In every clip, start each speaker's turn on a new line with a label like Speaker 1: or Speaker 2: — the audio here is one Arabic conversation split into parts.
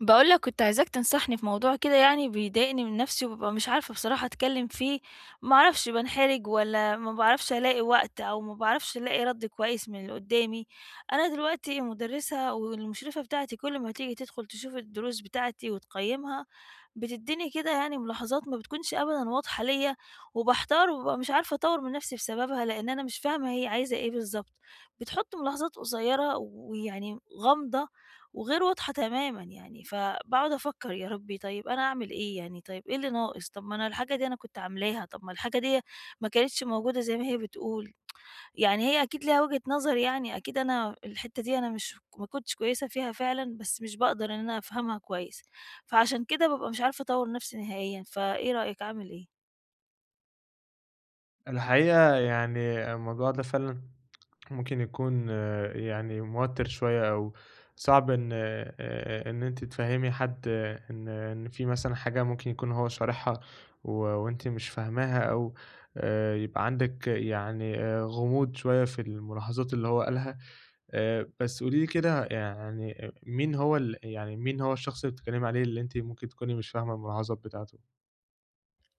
Speaker 1: باقول لك كنت عايزاك تنصحني في موضوع كده يعني بيضايقني من نفسي وبابقى مش عارفة بصراحة أتكلّم فيه، ما أعرفش بانحرج والّا ما باعرفش ألاقي وقت أو ما باعرفش ألاقي رَد كويس من اللي قدّامي. أنا دلوقتي مُدرِّسة والمشرفة بتاعتي كل ما تيجي تدخل تشوف الدروس بتاعتي وتقيّمها، بتدّيني كده يعني ملاحظات ما بتكونش أبدًا واضحة ليّا وباحتار وبابقى مش عارفة أطوّر من نفسي بسببها، لإن أنا مش فاهمة هي عايزة إيه بالضبط. بتحُط ملاحظات قصيّرة ويعني غامضة وغير واضحة تمامًا يعني، فباقعد أفكّر يا ربي طيب أنا أعمل إيه يعني، طيب إيه اللي ناقص، طب ما أنا الحاجة دي أنا كنت عاملاها، طب ما الحاجة ديّة ما كانتش موجودة زي ما هي بتقول، يعني هي أكيد ليها وجهة نظر يعني، أكيد أنا الحتّة دي أنا مش ما كنتش كويسة فيها فعلًا، بس مش باقدر إن أنا أفهمها كويس، فعشان كده بابقى مش عارفة أطوّر نفْسي نهائيًا، فإيه رأيك أعمل إيه؟
Speaker 2: الحقيقة يعني الموضوع ده فعلًا ممكن يكون يعني موتِّر شوية أو صعب إن أنتِ تفهّمي حد، إن في مثلًا حاجة ممكن يكون هو شارحها و وأنتِ مش فاهماها أو يبقى عندِك يعني غموض شوية في الملاحظات اللي هو قالها. بس قولي لي كده يعني مين هو يعني مين هو الشخص اللي بتتكلّمي عليه اللي أنتِ ممكن تكوني مش فاهمة الملاحظات بتاعته؟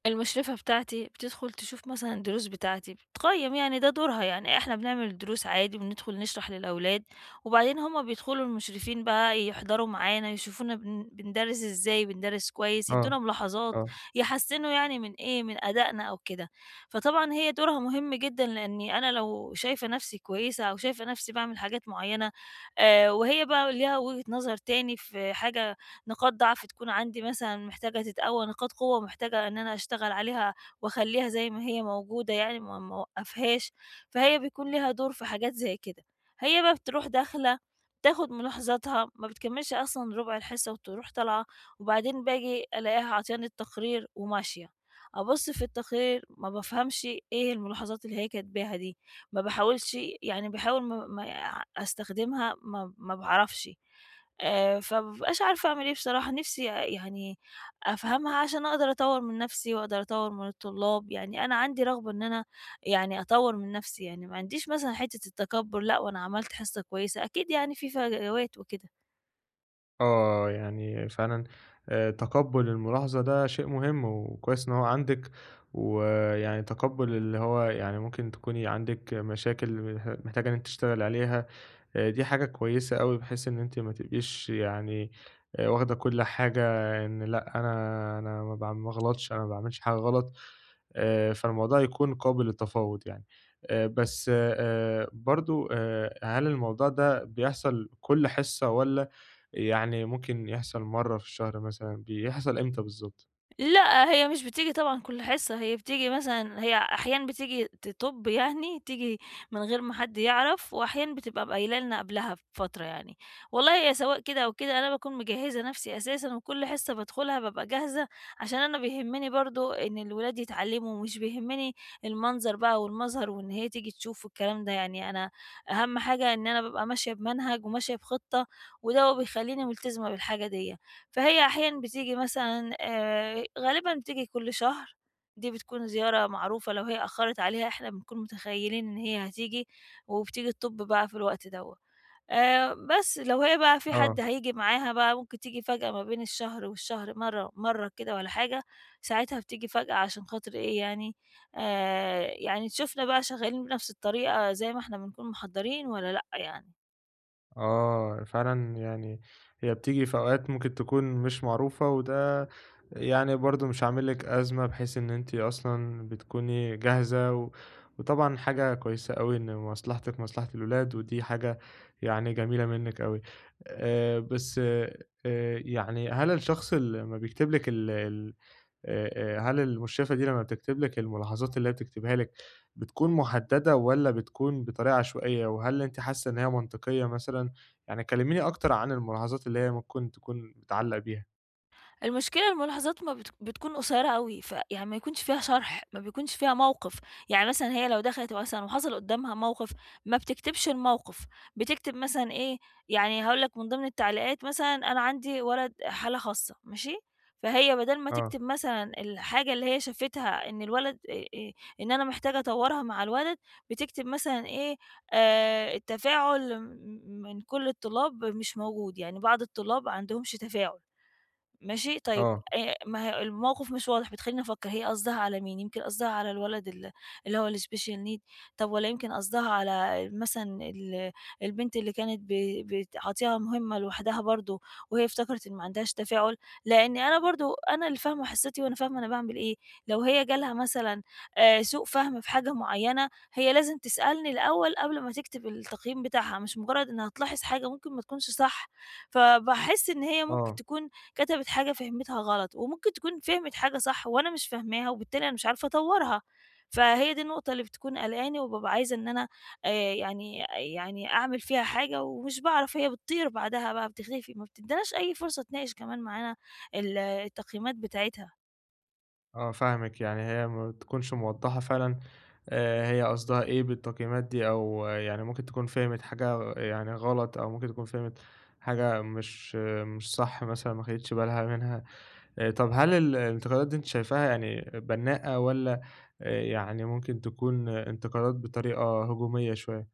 Speaker 1: المشرفة بتاعتي بتدخل تشوف مثلًا الدروس بتاعتي، بتقيّم يعني ده دورها، يعني إحنا بنعمل الدروس عادي وبندخل نشرح للأولاد، وبعدين هُم بيدخلوا المشرفين بقى يحضروا معانا، يشوفونا بندرس إزاي، بندرس كويس،
Speaker 2: آه،
Speaker 1: يدّونا ملاحظات،
Speaker 2: آه.
Speaker 1: يحسّنوا يعني من إيه، من أدائنا أو كده. فطبعًا هي دورها مهم جدًا، لإني أنا لو شايفة نَفْسي كويسة أو شايفة نَفْسي باعمل حاجات معيّنة وهي بقى ليها وجهة نظر تاني في حاجة نقاط ضعف تكون عندي مثلًا محتاجة تتقوى، نقاط قوة محتاجة إن أنا أشتغل عليها وأخلّيها زي ما هي موجودة يعني ما أوقّفهاش، فهي بيكون ليها دور في حاجات زي كده. هي بقى بتروح داخلة، تاخد ملاحظاتها، ما بتكمّلش أصلًا ربع الحصة وتروح طالعة، وبعدين باجي ألاقيها عطياني التقرير وماشية. أبُص في التقرير ما بافهمش إيه الملاحظات اللي هي كاتباها دي، ما باحاولش يعني باحاول ما أستخدمها ما باعرفش. فما بابقاش عارفة أعمل إيه بصراحة، نِفْسي يعني أفهمها عشان أقدر أطوّر من نَفْسي وأقدر أطوّر من الطلاب، يعني أنا عندي رغبة إن أنا يعني أطوّر من نَفْسي، يعني ما عنديش مثلًا حتّة التكبُّر لأ، وأنا عملت حصة كويسة، أكيد يعني في فجوات وكده.
Speaker 2: آه، يعني فعلًا تقبُّل الملاحظة ده شيء مهم، وكويس إن هو عندِك، ويعني تقبُّل اللي هو يعني ممكن تكوني عندِك مشاكل محتاجة إن أنتِ تشتغلي عليها. دي حاجة كويسة أوي بحيث إن أنتِ ما تبقيش يعني واخدة كل حاجة إن لأ أنا ما باغلطش، أنا ما باعملش حاجة غلط، فالموضوع يكون قابل للتفاوض يعني. بس برضه هل الموضوع ده بيحصل كل حصة والّا يعني ممكن يحصل مرّة في الشهر مثلًا، بيحصل إمتى بالضبط؟
Speaker 1: لأ، هي مش بتيجي طبعًا كل حصة، هي بتيجي مثلًا هي أحيان بتيجي تطُب يعني، تيجي من غير ما حد يعرف، وأحيان بتبقى قايلة لنا قبلها بفترة يعني. والله هي سواء كده أو كده أنا باكون مجهّزة نَفْسي أساسًا، وكل حصة بادخلها بابقى جاهزة، عشان أنا بيهمني برضه إن الولاد يتعلّموا، مش بيهمني المنظر بقى والمظهر وإن هي تيجي تشوف والكلام ده يعني، أنا أهَم حاجة إن أنا بابقى ماشية بمنهج وماشية بخطة، وده هو بيخلّيني ملتزمة بالحاجة ديّة. فهي أحيانًا بتيجي مثلًا غالبًا بتيجي كل شهر، دي بتكون زيارة معروفة لو هي أخّرت عليها إحنا بنكون متخيلين إن هي هتيجي، وبتيجي تطُب بقى في الوقت دوّة. بس لو هي بقى في حد
Speaker 2: آه.
Speaker 1: هييجي معاها بقى ممكن تيجي فجأة ما بين الشهر والشهر مرّة مرّة كده والّا حاجة، ساعتها بتيجي فجأة عشان خاطر إيه يعني، يعني تشوفنا بقى شغّالين بنفْس الطريقة زي ما إحنا بنكون محضّرين والّا لأ يعني.
Speaker 2: آه، فعلًا يعني هي بتيجي في أوقات ممكن تكون مش معروفة، وده يعني برضه مش عامل لِك أزمة، بحيث إن أنتِ أصلًا بتكوني جاهزة، و وطبعًا حاجة كويسة أوي إن مصلحتِك مصلحة الولاد، ودي حاجة يعني جميلة منِّك أوي. بس يعني هل الشخص اللي أمّا بيكتب لِك ال ال هل المُشرفة دي لمّا بتكتب لِك الملاحظات اللي هي بتكتبها لِك، بتكون مُحددة والّا بتكون بطريقة عشوائية؟ وهل أنتِ حاسة إن هي منطقية مثلًا؟ يعني كلميني أكتر عن الملاحظات اللي هي ممكن تكون بتعلّق بيها.
Speaker 1: المشكلة الملاحظات ما بت بتكون قصيّرة أوي، فيعني ما يكونش فيها شرح، ما بيكونش فيها موقف، يعني مثلًا هي لو دخلت مثلًا وحصل قدّامها موقف، ما بتكتبش الموقف، بتكتب مثلًا إيه، يعني هاقول لك من ضمن التعليقات مثلًا أنا عندي ولد حالة خاصة ماشي، فهي بدل ما
Speaker 2: آه،
Speaker 1: تكتب مثلًا الحاجة اللي هي شافتها إن الولد إن أنا محتاجة أطوّرها مع الولد، بتكتب مثلًا إيه، التفاعل من كل الطلاب مش موجود، يعني بعض الطلاب ما عندهمش تفاعل. ماشي، طيب
Speaker 2: آه،
Speaker 1: ما هي الموقف مش واضح، بتخلّيني أفكّر هي قصدها على مين؟ يمكن قصدها على الولد اللي هو الSpecial need، طب والّا يمكن قصدها على مثلًا البنت اللي كانت بتعطيها مهمة لوحدها برضه، وهي افتكرت إن ما عندهاش تفاعل، لإني أنا برضه أنا اللي فاهمة حِصّتي وأنا فاهمة أنا باعمل إيه، لو هي جالها مثلًا سوء فهم في حاجة معيّنة، هي لازم تسألني الأول قبل ما تكتب التقييم بتاعها، مش مجرّد إنها تلاحظ حاجة ممكن ما تكونش صح، فباحس إن هي ممكن
Speaker 2: آه،
Speaker 1: تكون كتبت حاجة فهمتها غلط، وممكن تكون فهمت حاجة صح وأنا مش فاهماها، وبالتالي أنا مش عارفة أطوّرها، فهي دي النقطة اللي بتكون قلقاني، وبابقى عايزة إن أنا آآ يعني يعني أعمل فيها حاجة ومش باعرف، هي بتطير بعدها بقى بتختفي، ما بتدّيناش أي فرصة تناقش كمان معانا التقييمات بتاعتها.
Speaker 2: آه، فاهمِك، يعني هي ما بتكونش موضّحة فعلًا. هي قصدها إيه بالتقييمات دي، أو يعني ممكن تكون فهمِت حاجة يعني غلط، أو ممكن تكون فهمِت حاجة مش صح مثلًا ما خدتش بالها منها. طب هل الانتقادات دي أنتِ شايفاها يعني بنّاءة والّا يعني ممكن تكون انتقادات بطريقة هجومية شوية؟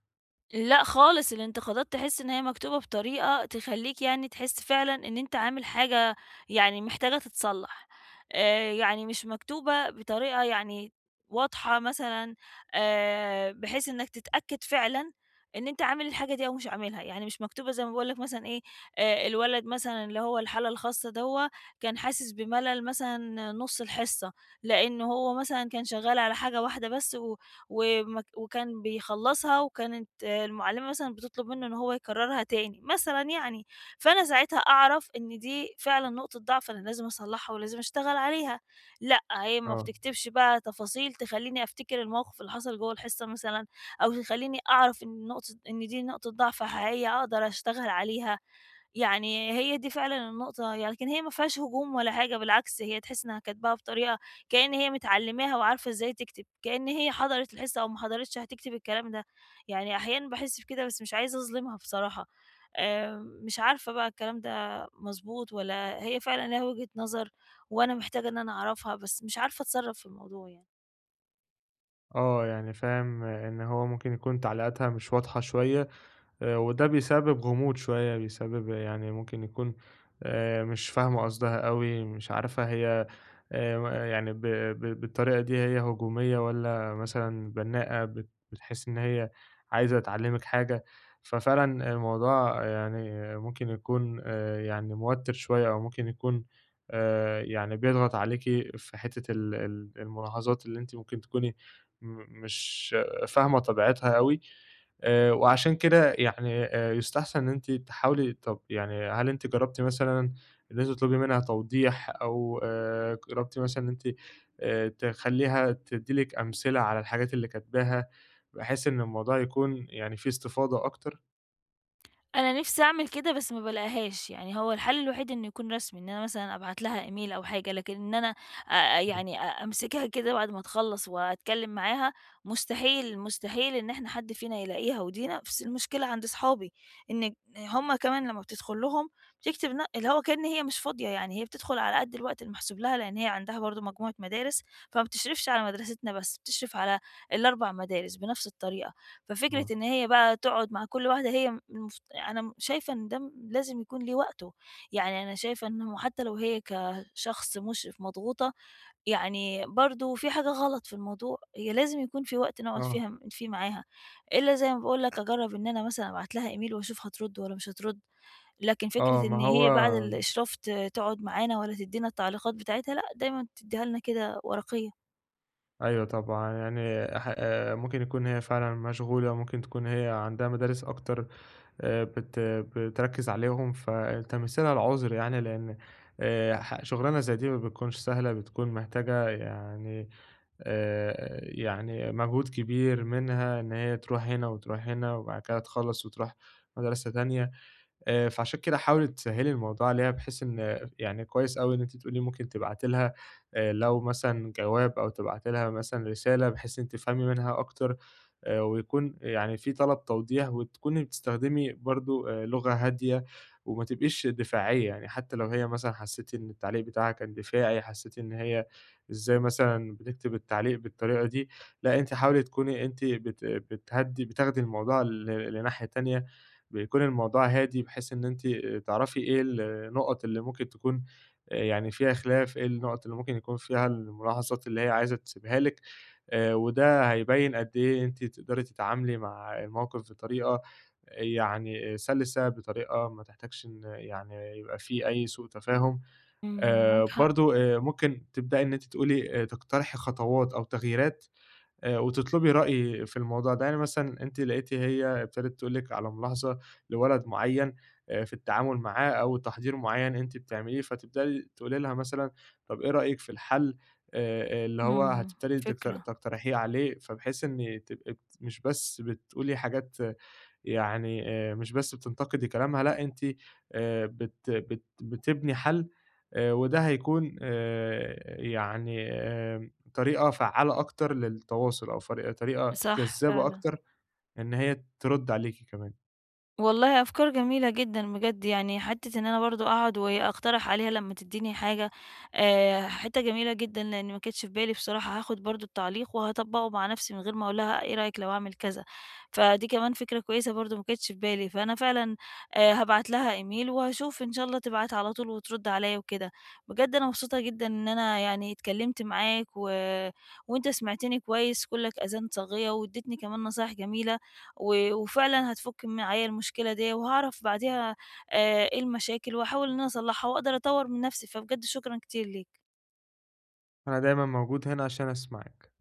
Speaker 1: لأ خالص، الانتقادات تحس إن هي مكتوبة بطريقة تخلّيك يعني تحس فعلًا إن أنت عامل حاجة يعني محتاجة تتصلّح، يعني مش مكتوبة بطريقة يعني واضحة مثلًا بحيث إنك تتأكد فعلًا إن أنت عامل الحاجة دي أو مش عاملها، يعني مش مكتوبة زي ما باقول لك مثلًا إيه، الولد مثلًا اللي هو الحالة الخاصة دوّة كان حاسس بملل مثلًا نُص الحصة، لإن هو مثلًا كان شغّال على حاجة واحدة بس و ومك وكان بيخلّصها وكانت آه، المعلمة مثلًا بتطلب منه إن هو يكررها تاني مثلًا يعني، فأنا ساعتها أعرف إن دي فعلًا نقطة ضعف أنا لازم أصلحها ولازم أشتغل عليها، لأ هي ما
Speaker 2: آه.
Speaker 1: بتكتبش بقى تفاصيل تخلّيني أفتكر الموقف اللي حصل جوّه الحصة مثلًا، أو تخلّيني أعرف إن نقطة إن دي نقطة ضعف حقيقية أقدر أشتغل عليها. يعني هي دي فعلًا النقطة، يعني لكن هي ما فيهاش هجوم ولا حاجة بالعكس، هي تحس إنها كاتباها بطريقة كأن هي متعلماها وعارفة إزاي تكتب، كأن هي حضرت الحصة أو ما حضرتش هتكتب الكلام ده، يعني أحيانًا باحس بكده بس مش عايزة أظلمها بصراحة، آآ، مش عارفة بقى الكلام ده مضبوط والّا هي فعلًا ليها وجهة نظر وأنا محتاجة إن أنا أعرفها، بس مش عارفة أتصرف في الموضوع يعني.
Speaker 2: آه. يعني فاهم إن هو ممكن يكون تعليقاتها مش واضحة شوية، وده بيسبب غموض شوية، بيسبب يعني ممكن يكون مش فاهمة قصدها أوي، مش عارفة هي يعني ب ب بالطريقة دي هي هجومية والّا مثلًا بنّاءة، بتحس إن هي عايزة تعلّمِك حاجة. ففعلًا الموضوع يعني ممكن يكون يعني موتِّر شوية أو ممكن يكون يعني بيضغط عليكِ في حتّة ال ال الملاحظات اللي أنتِ ممكن تكوني م مش فاهمة طبيعتها أوي، وعشان كده يعني يُستحسن إن أنتِ تحاولي. طَب يعني هل أنتِ جرّبتِ مثلًا إن أنتِ تطلبي منها توضيح أو جربتِ مثلًا إن أنتِ تخلّيها تدّي لِك أمثلة على الحاجات اللي كاتباها، بحيث إن الموضوع يكون يعني فيه استفاضة أكتر؟
Speaker 1: أنا نفسي أعمل كده بس ما بالاقيهاش، يعني هو الحل الوحيد إنه يكون رسمي، إن أنا مثلًا أبعت لها إيميل أو حاجة، لكن إن أنا يعني أ أمسكها كده بعد ما تخلّص وأتكلم معاها، مستحيل إن إحنا حد فينا يلاقيها، ودي نفس المشكلة عند صحابي، إن هُم كمان لمّا بتدخل لهم بتكتب ن اللي هو كأن هي مش فاضية، يعني هي بتدخل على قد الوقت المحسوب لها، لإن هي عندها برضه مجموعة مدارس، فما بتشرفش على مدرستنا بس، بتشرف على ال4 مدارس بنفس الطريقة.
Speaker 2: إمم،
Speaker 1: ففكرة
Speaker 2: آه.
Speaker 1: إن هي بقى تقعد مع كل واحدة هي أنا شايفة إن ده لازم يكون ليه وقته، يعني أنا شايفة إنه حتى لو هي كشخص مشرف مضغوطة، يعني برضه في حاجة غلط في الموضوع، هي لازم يكون في وقت نقعد
Speaker 2: آه،
Speaker 1: فيها فيه معاها، إلا زي ما باقول لك أجرّب إن أنا مثلًا أبعت لها email وأشوف هترد والّا مش هترد، لكن
Speaker 2: آه،
Speaker 1: فكرة
Speaker 2: ما
Speaker 1: إن
Speaker 2: هو
Speaker 1: هي بعد الإشراف تقعد معانا ولا تدّينا التعليقات بتاعتها لأ، دايمًا تدّيها لنا كده ورقية.
Speaker 2: أيوه طبعًا، يعني ح ممكن يكون هي فعلًا مشغولة، ممكن تكون هي عندها مدارس أكتر آآ بت بتركّز عليهم، فتمثيلها العذر يعني لإن ح شغلانة زي دي ما بتكونش سهلة، بتكون محتاجة يعني يعني مجهود كبير منها إن هي تروح هنا وتروح هنا وبعد كده تخلّص وتروح مدرسة تانية. فعشان كده حاولي تسهّلي الموضوع عليها بحيث إن يعني كويس أوي إن أنتِ بتقولي ممكن تبعتي لها لو مثلًا جواب أو تبعتي لها مثلًا رسالة بحيث إنِّك تفهمي منها أكتر، ويكون يعني في طلب توضيح وتكوني بتستخدمي برضه لغة هادية وما تبقيش دفاعية، يعني حتى لو هي مثلًا حسّيتِ إن التعليق بتاعها كان دفاعي، حسّيتِ إن هي إزاي مثلًا بتكتب التعليق بالطريقة دي، لأ أنتِ حاولي تكوني أنتِ بتهدّي بتاخدي الموضوع لناحية تانية، بيكون الموضوع هادي بحيث إن أنتِ تعرفي إيه النُقَط اللي ممكن تكون يعني فيها خلاف، إيه النُقَط اللي ممكن يكون فيها الملاحظات اللي هي عايزة تسيبها لِك، وده هيبيّن قد إيه أنتِ تقدري تتعاملي مع الموقف بطريقة، يعني سَلِسة، بطريقة ما تحتاجش إن يعني يبقى في أي سوء تفاهم.
Speaker 1: إمم، معاك حق،
Speaker 2: برضه ممكن تبدئي إن أنتِ تقولي، تقترحي خطوات أو تغييرات وتطلبي رأي في الموضوع ده، يعني مثلًا أنتِ لقيتِ هي ابتدت تقول لِك على ملاحظة لولد معيّن في التعامل معاه أو تحضير معيّن أنتِ بتعمليه، فتبدئي تقولي لها مثلًا طَب إيه رأيِك في الحل اللي هو
Speaker 1: إمم،
Speaker 2: هتبتدي
Speaker 1: فكرة،
Speaker 2: تقترحيه عليه، فبحيث إن تبقي مش بس بتقولي حاجات يعني مش بس بتنتقدي كلامها، لأ أنتِ بت بت بتبني حل، وده هيكون يعني طريقة فعّالة أكتر للتواصل أو طريقة
Speaker 1: صح
Speaker 2: جذابة
Speaker 1: فعلًا.
Speaker 2: أكتر إن هي ترُد عليكِ كمان.
Speaker 1: والله أفكار جميلة جدًا بجد، يعني حتّة إن أنا برضه أقعد وأقترح عليها لمّا تدّيني حاجة، حِتّة جميلة جدًا، لإن ما جاتش في بالي بصراحة، هاخد برضه التعليق وهاطبّقه مع نَفْسي من غير ما أقول لها إيه رأيِك لو أعمل كذا، فدي كمان فكرة كويسة برضه ما جاتش في بالي، فأنا فعلًا هابعت لها إيميل وهاشوف إن شاء الله تبعت على طول وترُد عليّا وكده. بجد أنا مبسوطة جدًا إن أنا يعني اتكلّمت معاك وأنت سمعتني كويس كُلّك آذان صاغية وادّيتني كمان نصايح جميلة وفعلًا هتفُك معايا المشكلة ديّة، وهاعرف بعديها إيه المشاكل، وأحاول إن أنا أصلّحها، وأقدر أطوّر من نَفْسي، فبجد شكرًا كتير ليك.
Speaker 2: أنا دايمًا موجود هنا عشان أسمعِك.